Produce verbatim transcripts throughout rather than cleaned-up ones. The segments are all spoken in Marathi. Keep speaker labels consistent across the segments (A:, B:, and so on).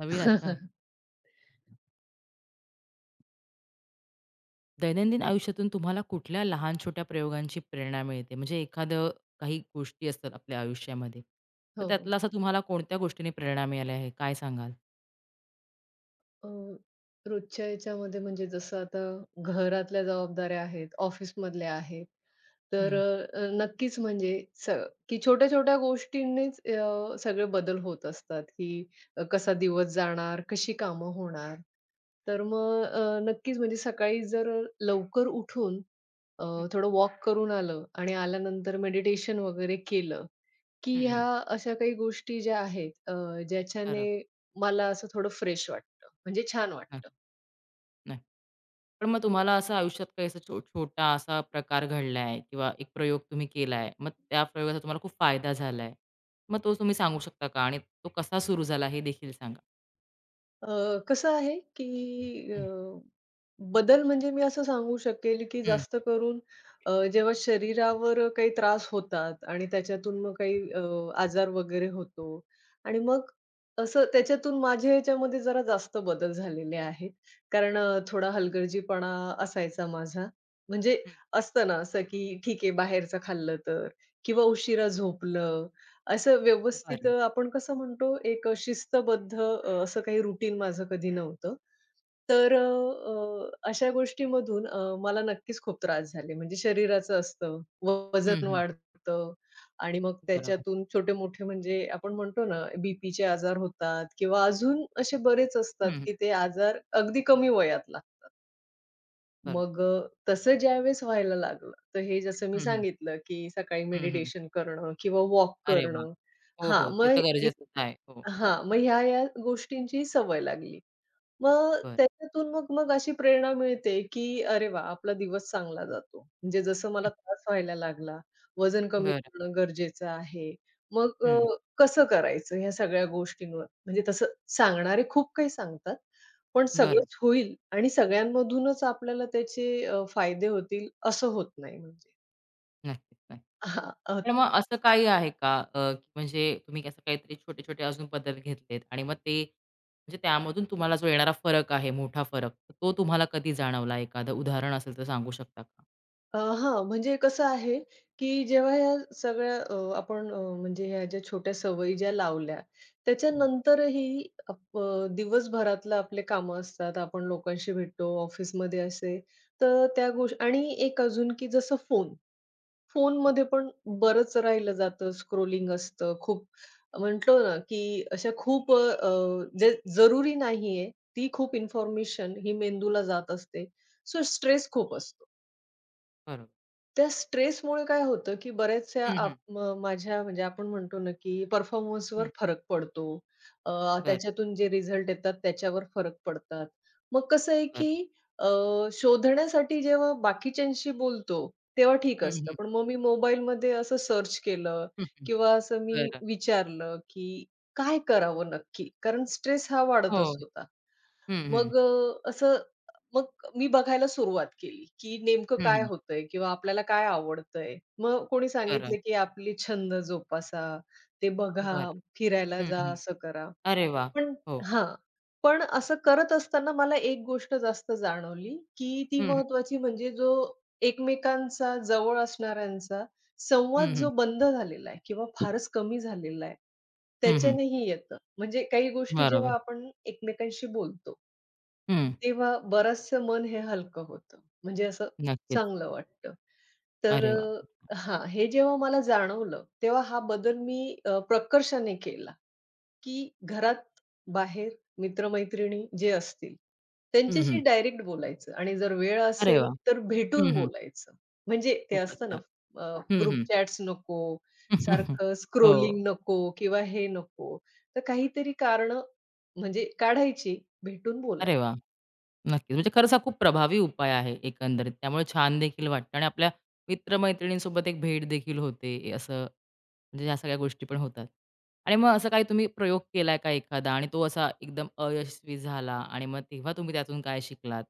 A: नवीन आहेत का? दैनंदिन आयुष्यातून तुम्हाला कुठल्या लहान छोट्या प्रयोगांची प्रेरणा मिळते? म्हणजे एखादं काही गोष्टी असतात आपल्या आयुष्यामध्ये, तर
B: हो, हो.
A: त्यातला असा तुम्हाला कोणत्या गोष्टीने प्रेरणा मिळाली आहे? काय सांगाल?
B: अ, रोजच्या याच्यामध्ये म्हणजे जसं आता घरातल्या जबाबदाऱ्या आहेत, ऑफिसमधल्या आहेत. तर
A: हं.
B: अ, अ, नक्कीच म्हणजे स की छोट्या-छोट्या गोष्टींनीच अ, सगळे बदल होत असतात, की अ, कसा दिवस जाणार, कशी कामं होणार. तर मग अ, नक्कीच म्हणजे सकाळी जर लवकर उठून अ,
A: हं,
B: थोडं वॉक करून आलं आणि आल्यानंतर मेडिटेशन वगैरे केलं, की
A: हं, हं.
B: ह्या अशा काही गोष्टी ज्या आहेत अ, ज्याच्याने
A: बरोबर.
B: मला असं थोडं फ्रेश वाटतं, म्हणजे छान
A: नाही,
B: वाटतं.
A: नाही. पण मग तुम्हाला असं आयुष्यात काही असा छो छोटा असा प्रकार घडलाय किंवा एक प्रयोग तुम्ही केलाय, मग त्या प्रयोगाचा तुम्हाला खूप फायदा झालाय. मग तो तुम्ही सांगू शकता का? आणि तो कसा सुरू झाला हे देखील सांगा?
B: अ, कसं आहे, की अ,
A: हं,
B: बदल म्हणजे मी असं सांगू शकेल, की
A: हं,
B: जास्त करून अ, जेव्हा शरीरावर काही त्रास होतात आणि त्याच्यातून मग काही अ, आजार वगैरे होतो आणि मग असं त्याच्यातून माझ्या ह्याच्यामध्ये जरा जास्त बदल झालेले आहेत. कारण अ, थोडा हलगर्जीपणा असायचा माझा. म्हणजे
A: हं.
B: असतं ना असं, की ठीक आहे बाहेरचं खाल्लं तर किंवा उशिरा झोपलं असं व्यवस्थित
A: बरं.
B: अ, आपण कसं म्हणतो एक अ, शिस्तबद्ध अ, असं काही रुटीन माझं कधी नव्हतं. तर अ, अ, अशा गोष्टीमधून अ, मला नक्कीच खूप त्रास झाले. म्हणजे शरीराचं असतं,
A: हं,
B: वजन
A: हं.
B: वाढतं आणि मग
A: बरोबर.
B: त्याच्यातून छोटे-मोठे म्हणजे आपण म्हणतो ना, बीपीचे आजार होतात किंवा अजून असे बरेच
A: हं,
B: असतात,
A: हं.
B: की ते आजार अगदी कमी वयात लागतात.
A: बरोबर.
B: मग अ, तसं ज्यावेळेस व्हायला लागलं, तर हे जसं मी
A: हं, हं.
B: सांगितलं, की सकाळी
A: हं, हं.
B: मेडिटेशन करणं किंवा वॉक
A: अरे वा,
B: करणं.
A: हो,
B: हां,
A: हो. ते तर
B: मग
A: गरजेचंच आहे. हो,
B: हां, मग ह्या-ह्या गोष्टींची सवय लागली. मग
A: बर,
B: त्याच्यातून मग मग अशी प्रेरणा मिळते, की अरे वा, आपला दिवस चांगला जातो. म्हणजे जसं मला
A: बर,
B: त्रास व्हायला लागला, वजन कमी
A: बरं.
B: करणं गरजेचं आहे. मग अ,
A: हं,
B: कसं करायचं ह्या सगळ्या गोष्टींवर म्हणजे तसं सांगणारे खूप काही सांगतात, पण
A: बरं.
B: सगळंच होईल आणि सगळ्यांमधूनच आपल्याला त्याचे अ, फायदे होतील असं होत नाही म्हणजे.
A: नक्कीच, नक्कीच.
B: हां,
A: पण मग असं काही आहे का अ, की म्हणजे तुम्ही असं काहीतरी छोटे-छोटे अजून बदल घेतलेत आणि मग ते म्हणजे त्यामधून तुम्हाला जो येणारा फरक आहे, मोठा फरक, तर तो तुम्हाला कधी जाणवला? एखादं उदाहरण असेल तर सांगू शकता का?
B: अ, हां, म्हणजे कसं आहे, की जेव्हा ह्या सगळ्या अ, आपण अ, म्हणजे ह्या ज्या छोट्या सवयी ज्या लावल्या,
A: हं,
B: त्याच्यानंतरही अप दिवसभरातलं आपले कामं असतात, आपण लोकांशी भेटतो, ऑफिसमध्ये असे, तर त्या गोष् आणि एक अजून की जसं फोन.
A: हं.
B: फोनमध्ये पण बरंच राहिलं जातं, स्क्रोलिंग असतं खूप. म्हटलो ना, की अशा खूप अ, अ, जे जरुरी नाहीये, ती खूप इन्फॉर्मेशन ही मेंदूला जात असते. सो स्ट्रेस खूप असतो.
A: बरोबर.
B: त्या स्ट्रेसमुळे काय होतं, की बऱ्याचशा
A: हं,
B: आप
A: हं.
B: म माझ्या म्हणजे आपण म्हणतो ना, की परफॉर्मन्सवर
A: हं.
B: फरक पडतो. अ,
A: बरं,
B: त्याच्यातून जे रिझल्ट येतात त्याच्यावर फरक पडतात. मग कसं आहे,
A: बरं.
B: की अ, शोधण्यासाठी जेव्हा बाकीच्यांशी बोलतो, तेव्हा ठीक
A: हं,
B: असतं.
A: हं.
B: पण मग मी मोबाईलमध्ये असं सर्च केलं
A: हं, हं.
B: किंवा असं मी
A: बरं.
B: विचारलं, की काय करावं नक्की? कारण स्ट्रेस हा
A: हो.
B: वाढतच होता.
A: हं, हं.
B: मग अ, असं मग मी बघायला सुरुवात केली, की नेमकं
A: हं,
B: काय
A: हं.
B: होतंय किंवा आपल्याला काय आवडतंय. मग कोणी
A: बरं,
B: सांगितलं, की आपली छंद जोपासा, ते
A: बरं.
B: बघा, फिरायला
A: हं,
B: जा,
A: हं.
B: असं करा.
A: अरे वाह!
B: पण
A: हो.
B: हां. पण असं करत असताना मला एक गोष्ट जास्त जाणवली, की ती
A: हं, हं.
B: महत्त्वाची म्हणजे जो एकमेकांचा, जवळ असणाऱ्यांचा संवाद
A: हं, हं.
B: जो बंद झालेला आहे किंवा फारच कमी झालेला आहे,
A: हं,
B: त्याच्यानेही येतं. म्हणजे काही गोष्टी जेव्हा
A: बरोबर.
B: आपण एकमेकांशी बोलतो
A: हं.
B: तेव्हा बरचसं मन हे हलकं होतं. म्हणजे असं
A: नक्कीच.
B: चांगलं वाटतं. तर
A: अरे वाह! खूप छान.
B: अ, हां, हे जेव्हा मला जाणवलं, तेव्हा हा बदल मी अ, प्रकर्षाने केला. की घरात, बाहेर, मित्र-मैत्रिणी जे असतील,
A: हं,
B: त्यांच्याशी डायरेक्ट बोलायचं आणि जर वेळ
A: अरे
B: असेल
A: वाह!
B: तर
A: हं,
B: भेटून
A: हं.
B: बोलायचं. म्हणजे ते
A: खूपच
B: असतं ना
A: छान.
B: अ, हां.
A: हं,
B: ग्रुप
A: हं.
B: चॅट्स नको, सारखं
A: हो.
B: स्क्रोलिंग नको किंवा हे नको. तर काहीतरी कारणं म्हणजे काढायची, भेटून
A: अरे
B: बोलायचं.
A: वाह! नक्कीच. म्हणजे खरंच हा खूप प्रभावी उपाय आहे एकंदरीत. त्यामुळे छान देखील वाटतं आणि आपल्या मित्र एक भेट देखील होते असं म्हणजे ह्या सगळ्या गोष्टी पण होतात. आणि मग असा काही तुम्ही प्रयोग केलाय का एखादा आणि तो असा एकदम अयशस्वी झाला आणि मग तेव्हा तुम्ही त्यातून काय शिकलात?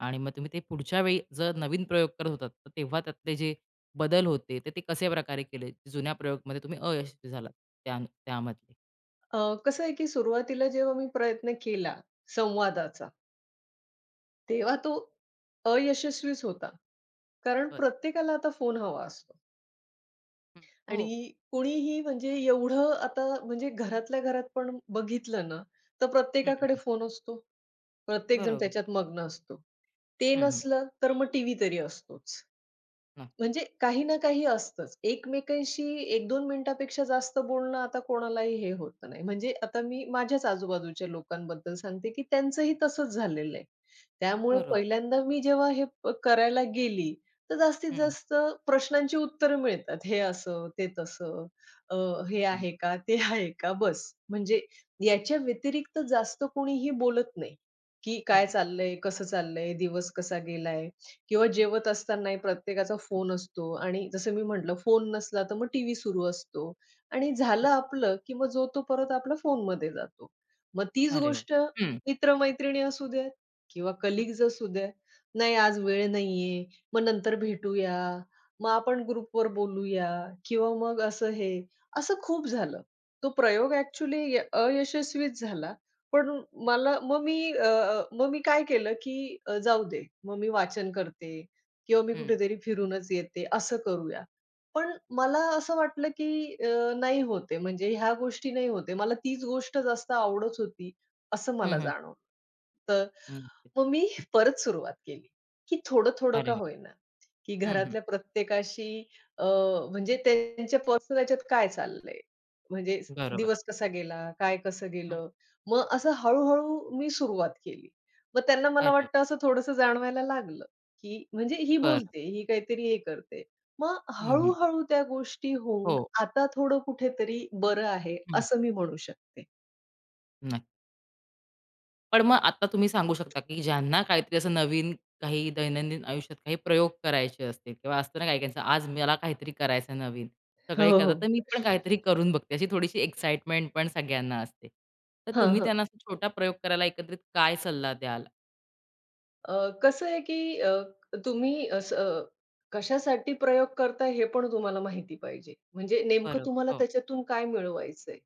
A: आणि मग तुम्ही ते पुढच्या वेळी जर नवीन प्रयोग करत होतात, तर तेव्हा त्यातले जे बदल होते, तर ते कसे प्रकारे केले? जे जुन्या प्रयोगमध्ये तुम्ही अयशस्वी झालात त्या त्यामधले?
B: अ, कसं आहे की सुरुवातीला जेव्हा मी प्रयत्न केला संवादाचा, तेव्हा तो अयशस्वीच होता. कारण
A: बरं.
B: प्रत्येकाला आता फोन हवा असतो.
A: हं. हो.
B: आणि कोणीही म्हणजे एवढं आता म्हणजे घरातल्या घरात पण बघितलं ना, तर
A: हं,
B: प्रत्येकाकडे
A: हं.
B: फोन असतो. प्रत्येकजण
A: बरोबर.
B: त्याच्यात मग्न असतो. ते
A: हं, हं.
B: नसलं तर मग टीव्ही तरी असतोच.
A: नक्की.
B: म्हणजे काही ना काही असतंच. एकमेकांशी एक दोन मिनिटापेक्षा जास्त बोलणं आता कोणालाही हे होत नाही. म्हणजे आता मी माझ्याच आजूबाजूच्या लोकांबद्दल सांगते, की त्यांचंही तसंच झालेलं आहे. त्यामुळे
A: बरोबर.
B: पहिल्यांदा मी जेव्हा हे प करायला गेली, तर जास्तीत
A: हं, हं.
B: जास्त प्रश्नांची उत्तरं मिळतात. हे असं, ते तसं, अ, हे
A: चालेल.
B: आहे का? ते आहे का? बस. म्हणजे याच्या व्यतिरिक्त जास्त कोणीही बोलत नाही, की
A: हं,
B: काय
A: हं.
B: चाललंय? कसं चाललंय? दिवस कसा गेलाय? किंवा जेवत असतानाही प्रत्येकाचा फोन असतो आणि जसं मी म्हटलं फोन नसला तर मग टीव्ही सुरू असतो आणि झालं आपलं की मग जो तो परत आपला फोनमध्ये जातो. मग तीच
A: अरे वाह!
B: गोष्ट
A: हं,
B: मित्र-मैत्रिणी असू द्यात किंवा
A: हं,
B: कलीग्ज असू द्या, "नाही आज वेळ नाहीये, मग नंतर भेटूया, मग आपण ग्रुपवर बोलूया" किंवा मग असं हे, असं खूप झालं. तो प्रयोग ॲक्चुअली अयशस्वीच झाला. पण मला मग मी अ, मग मी काय केलं, की अ, जाऊ दे. मग मी वाचन करते किंवा मी
A: हं.
B: कुठेतरी फिरूनच येते, असं करूया. पण मला असं वाटलं, की अ, नाही होत आहे, म्हणजे ह्या गोष्टी नाही होत आहे. मला तीच गोष्ट जास्त आवडत होती, असं
A: हं,
B: मला
A: हं.
B: जाणवलं. तर
A: नक्कीच.
B: मग मी परत सुरुवात केली, की थोडं-थोडं
A: अरे
B: का
A: वाह!
B: होईना, की
A: हं, हं.
B: घरातल्या प्रत्येकाशी अ, म्हणजे त्यांच्या पर्सनल ह्याच्यात काय चाललंय? म्हणजे
A: बरोबर.
B: दिवस कसा गेला? काय कसं
A: हं,
B: गेलं? मग
A: हं.
B: असं हळू मी सुरुवात केली. मग त्यांना मला
A: अरे वाह!
B: वाटतं असं थोडंसं जाणवायला लागलं, की म्हणजे ही
A: बरं.
B: बोलते, ही काहीतरी हे करते. मग
A: हं, हं.
B: हळू-हळू त्या गोष्टी होऊन
A: हो.
B: आता थोडं कुठेतरी बरं आहे,
A: हं.
B: असं मी म्हणू शकते.
A: नाही. पण मग आता तुम्ही सांगू शकता, की ज्यांना काहीतरी असं नवीन काही दैनंदिन आयुष्यात काही प्रयोग करायचे असतील किंवा असतं ना काही-काहींचं, आज मला काहीतरी करायचं नवीन.
B: हो,
A: सगळे करतात,
B: हो.
A: तर मी पण काहीतरी करून बघते. अशी थोडीशी एक्साइटमेंट पण सगळ्यांना असते. तर तुम्ही
B: हां,
A: त्यांना असा छोटा प्रयोग करायला एकत्रित काय सल्ला द्याल?
B: अ, कसं आहे की अ, तुम्ही असं अ, कशासाठी प्रयोग करताय हे पण तुम्हाला माहिती पाहिजे. म्हणजे नेमकं
A: बरोबर.
B: तुम्हाला
A: हो.
B: त्याच्यातून काय मिळवायचंय?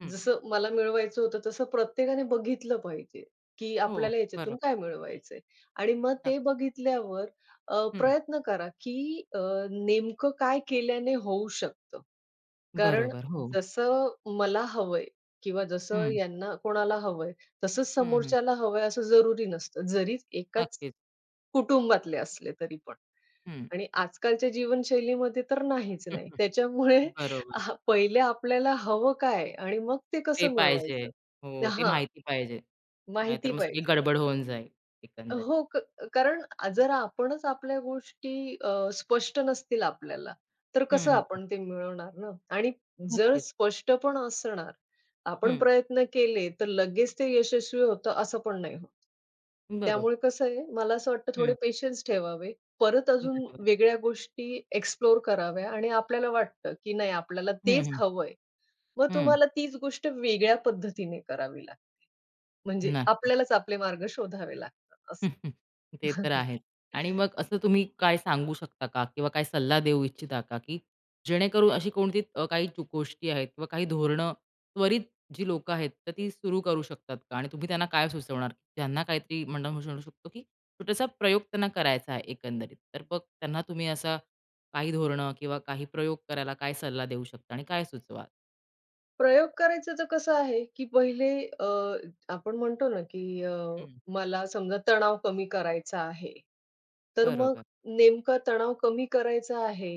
A: हं.
B: जसं मला मिळवायचं होतं तसं प्रत्येकाने बघितलं पाहिजे, की
A: हो.
B: आपल्याला याच्यातून
A: बरोबर.
B: काय मिळवायचंय? आणि मग ते
A: नक्की.
B: बघितल्यावर अ,
A: हं.
B: प्रयत्न करा, की अ, नेमकं काय केल्याने होऊ शकतं? कारण
A: बरोबर. हो.
B: जसं मला हवंय किंवा जसं
A: हं.
B: यांना कोणाला हवंय, तसंच
A: हं, हं.
B: समोरच्याला हवंय असं जरुरी नसतं. जरी एकाच
A: नक्कीच.
B: कुटुंबातले असले तरी पण.
A: हं.
B: आणि आजकालच्या जीवनशैलीमध्ये तर नाहीच नाही. त्याच्यामुळे
A: बरोबर.
B: हां, पहिले आपल्याला हवं काय आणि मग ते
A: ते
B: कसं
A: पाहिजे.
B: मिळवायचं?
A: हो, ते
B: हां,
A: माहिती पाहिजे. नाहीतर
B: माहिती
A: मग सगळी
B: पाहिजे.
A: गडबड होऊन जाईल एकंदरीत.
B: हो, क कारण जर आपणच आपल्या गोष्टी अ, स्पष्ट नसतील आपल्याला, तर
A: हं,
B: कसं
A: हं, हं.
B: आपण ते मिळवणार ना? आणि जर
A: नक्कीच.
B: स्पष्ट पण असणार, आपण
A: हं,
B: प्रयत्न केले, तर लगेच ते यशस्वी होतं असं पण नाही होत.
A: बरोबर.
B: त्यामुळे कसं आहे, मला असं वाटतं थोडे
A: हं,
B: पेशन्स ठेवावे. परत अजून
A: बरोबर.
B: वेगळ्या गोष्टी एक्सप्लोर कराव्या आणि आपल्याला वाटतं, की नाही आपल्याला
A: हं,
B: तेच
A: हं,
B: हवंय. मग
A: हं.
B: तुम्हाला तीच गोष्ट वेगळ्या पद्धतीने करावी लागेल. म्हणजे
A: नक्की.
B: आपल्यालाच आपले मार्ग शोधावे लागतात असं.
A: ते तर आहेच. आणि मग असं तुम्ही काय सांगू शकता का? किंवा काय सल्ला देऊ इच्छिता का? की जेणेकरून अशी कोणती अ, काही चु- गोष्टी आहेत किंवा काही धोरणं त्वरित जी लोकं आहेत, तर ती सुरू करू शकतात का? आणि तुम्ही त्यांना काय सुचवणार? ज्यांना काहीतरी म्हणणं म्हणू म्हणू शकतो, की छोटासा प्रयोग त्यांना करायचा आहे एकंदरीत. तर मग त्यांना तुम्ही असा काही धोरणं किंवा काही प्रयोग करायला काय सल्ला देऊ शकता आणि काय सुचवाल?
B: प्रयोग करायचं तर कसं आहे, की पहिले अ, आपण म्हणतो ना, की अ,
A: हं.
B: मला समजा तणाव कमी करायचा आहे. तर मग
A: बरोबर.
B: नेमका तणाव कमी करायचा आहे,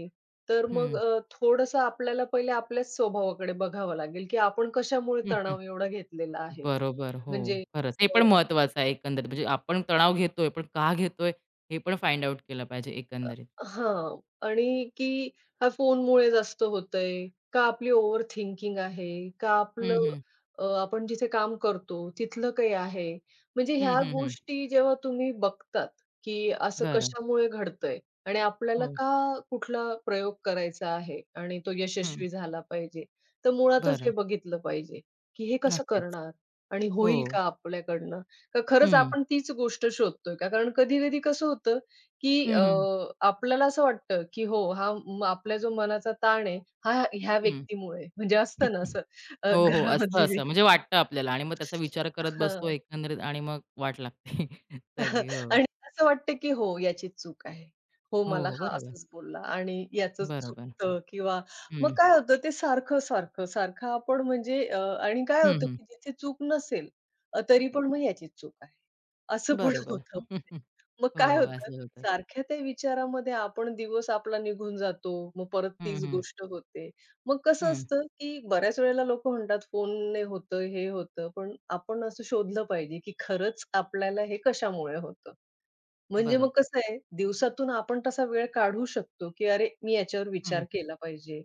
B: तर मग
A: हं.
B: अ, थोडंसं आपल्याला पहिले आपल्याच स्वभावाकडे बघावं लागेल, की आपण कशामुळे तणाव एवढा घेतलेला आहे.
A: बरोबर. हो,
B: म्हणजे
A: खरंच. हे पण महत्वाचं आहे एकंदरीत. म्हणजे आपण तणाव घेतोय, पण का घेतोय हे पण फाइंड आउट केलं पाहिजे एकंदरीत.
B: हां. आणि की हा फोनमुळे जास्त होतंय, का आपली ओव्हर थिंकिंग आहे, का
A: हं,
B: आपलं
A: हं.
B: अ, आपण जिथे काम करतो तिथलं काही आहे. म्हणजे ह्या
A: हं,
B: हं.
A: हं, हं.
B: गोष्टी जेव्हा तुम्ही बघतात, की असं
A: बरं.
B: कशामुळे घडतंय आणि आपल्याला
A: हो.
B: का कुठला प्रयोग करायचा आहे आणि तो
A: हं.
B: यशस्वी झाला पाहिजे. तर मुळातच
A: बरं.
B: हे बघितलं पाहिजे, की हे कसं
A: नक्कीच.
B: करणार आणि
A: हो.
B: होईल का आपल्याकडनं? का खरंच
A: हं.
B: आपण तीच गोष्ट शोधतोय का? कारण कधी-कधी कसं होतं की
A: हं,
B: अ,
A: हं.
B: आपल्याला असं वाटतं, की हो, हा म आपला जो मनाचा ताण आहे, हा ह्या
A: हं.
B: व्यक्तीमुळे म्हणजे असतं ना असं अ,
A: हो, हो. असतं
B: घरामधली
A: असं. म्हणजे
B: व्यक्ती.
A: वाटतं आपल्याला आणि मग त्याचा विचार करत बसतो
B: हां.
A: एकंदरीत आणि मग वाट लागते सगळी. हो.
B: आणि असं वाटतं, की हो, याचीच चूक आहे. हो,
A: हो,
B: मला
A: हो.
B: हा
A: बरोबर.
B: असंच बोलला आणि याचंच
A: बरोबर.
B: चुकतं किंवा मग
A: हं.
B: काय होतं ते सारखं-सारखं, सारखं सारखं आपण म्हणजे अ, आणि काय
A: हं,
B: होतं,
A: हं.
B: की जिथे चूक नसेल अ,
A: हं.
B: तरी पण मग याचीच चूक आहे. असं पण
A: बरोबर.
B: होतं. मग
A: हो,
B: काय
A: हो.
B: होतं,
A: असं होतं.
B: सारख्या त्या विचारामध्ये आपण दिवस आपला निघून जातो. मग परत
A: हं,
B: तीच
A: हं.
B: गोष्ट होते. मग कसं
A: हं.
B: असतं, की बऱ्याच वेळेला लोकं म्हणतात फोनने होतं, हे होतं. पण आपण असं शोधलं पाहिजे, की खरंच आपल्याला हे कशामुळे होतं. म्हणजे मग
A: बरोबर.
B: कसं आहे, दिवसातून आपण तसा वेळ काढू शकतो, की अरे, मी याच्यावर
A: हं.
B: विचार केला पाहिजे.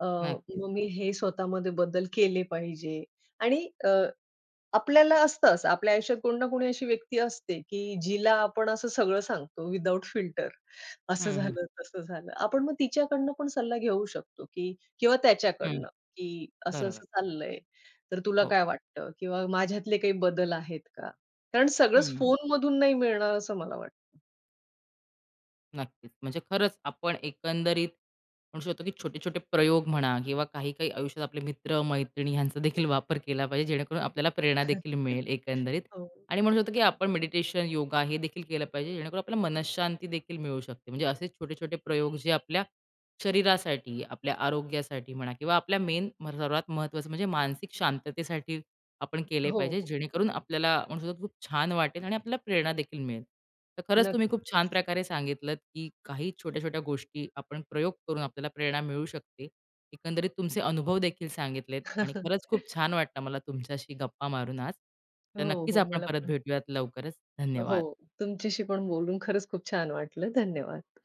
B: अ,
A: नक्कीच.
B: मग मी हे स्वतःमध्ये बदल केले पाहिजे आणि आपल्याला असतं असं, आपल्या आयुष्यात कोणी ना कोणी अशी व्यक्ती असते, की जिला आपण असं सगळं सांगतो विदाऊट फिल्टर. असं
A: हं, हं.
B: झालं, तसं झालं. आपण मग तिच्याकडनं पण सल्ला घेऊ शकतो, की किंवा
A: हं.
B: त्याच्याकडनं, की
A: बरोबर.
B: असं-असं चाललंय, तर तुला
A: हो.
B: काय वाटतं? किंवा माझ्यातले काही बदल आहेत का? कारण सगळंच हं.
A: हं.
B: फोनमधून नाही मिळणार असं मला वाटतं.
A: नक्कीच. म्हणजे खरंच आपण एकंदरीत म्हणू शकतो, की छोटे-छोटे प्रयोग म्हणा किंवा काही-काही आयुष्यात आपले मित्र-मैत्रिणी ह्यांचा देखील वापर केला पाहिजे, जेणेकरून आपल्याला प्रेरणा देखील मिळेल एकंदरीत.
B: हो.
A: आणि म्हणू शकतो, की आपण मेडिटेशन, योगा हे देखील केलं पाहिजे, जेणेकरून आपल्याला मनःशांती देखील मिळू शकते. म्हणजे असे छोटे-छोटे प्रयोग जे आपल्या शरीरासाठी, आपल्या आरोग्यासाठी म्हणा किंवा आपल्या मेन सर्वात महत्त्वाचं म्हणजे मानसिक शांततेसाठी आपण केले
B: हो,
A: पाहिजे,
B: हो.
A: जेणेकरून आपल्याला म्हणू शकतो, की खूप छान वाटेल आणि आपल्याला प्रेरणा देखील मिळेल. तर खरंच तुम्ही
B: नक्की.
A: खूप छान प्रकारे सांगितलत, की काही छोट्या-छोट्या गोष्टी आपण प्रयोग करून आपल्याला प्रेरणा मिळू शकते. एकंदरीत तुमचे अनुभव देखील सांगितलेत आणि खरंच खूप छान वाटलं मला तुमच्याशी गप्पा मारून आज. तर
B: हो,
A: नक्कीच
B: हो.
A: आपण
B: मला
A: परत
B: पण
A: भेटूयात लवकरच.
B: हो.
A: धन्यवाद.
B: तुमच्याशी पण बोलून खरंच खूप छान वाटलं. धन्यवाद.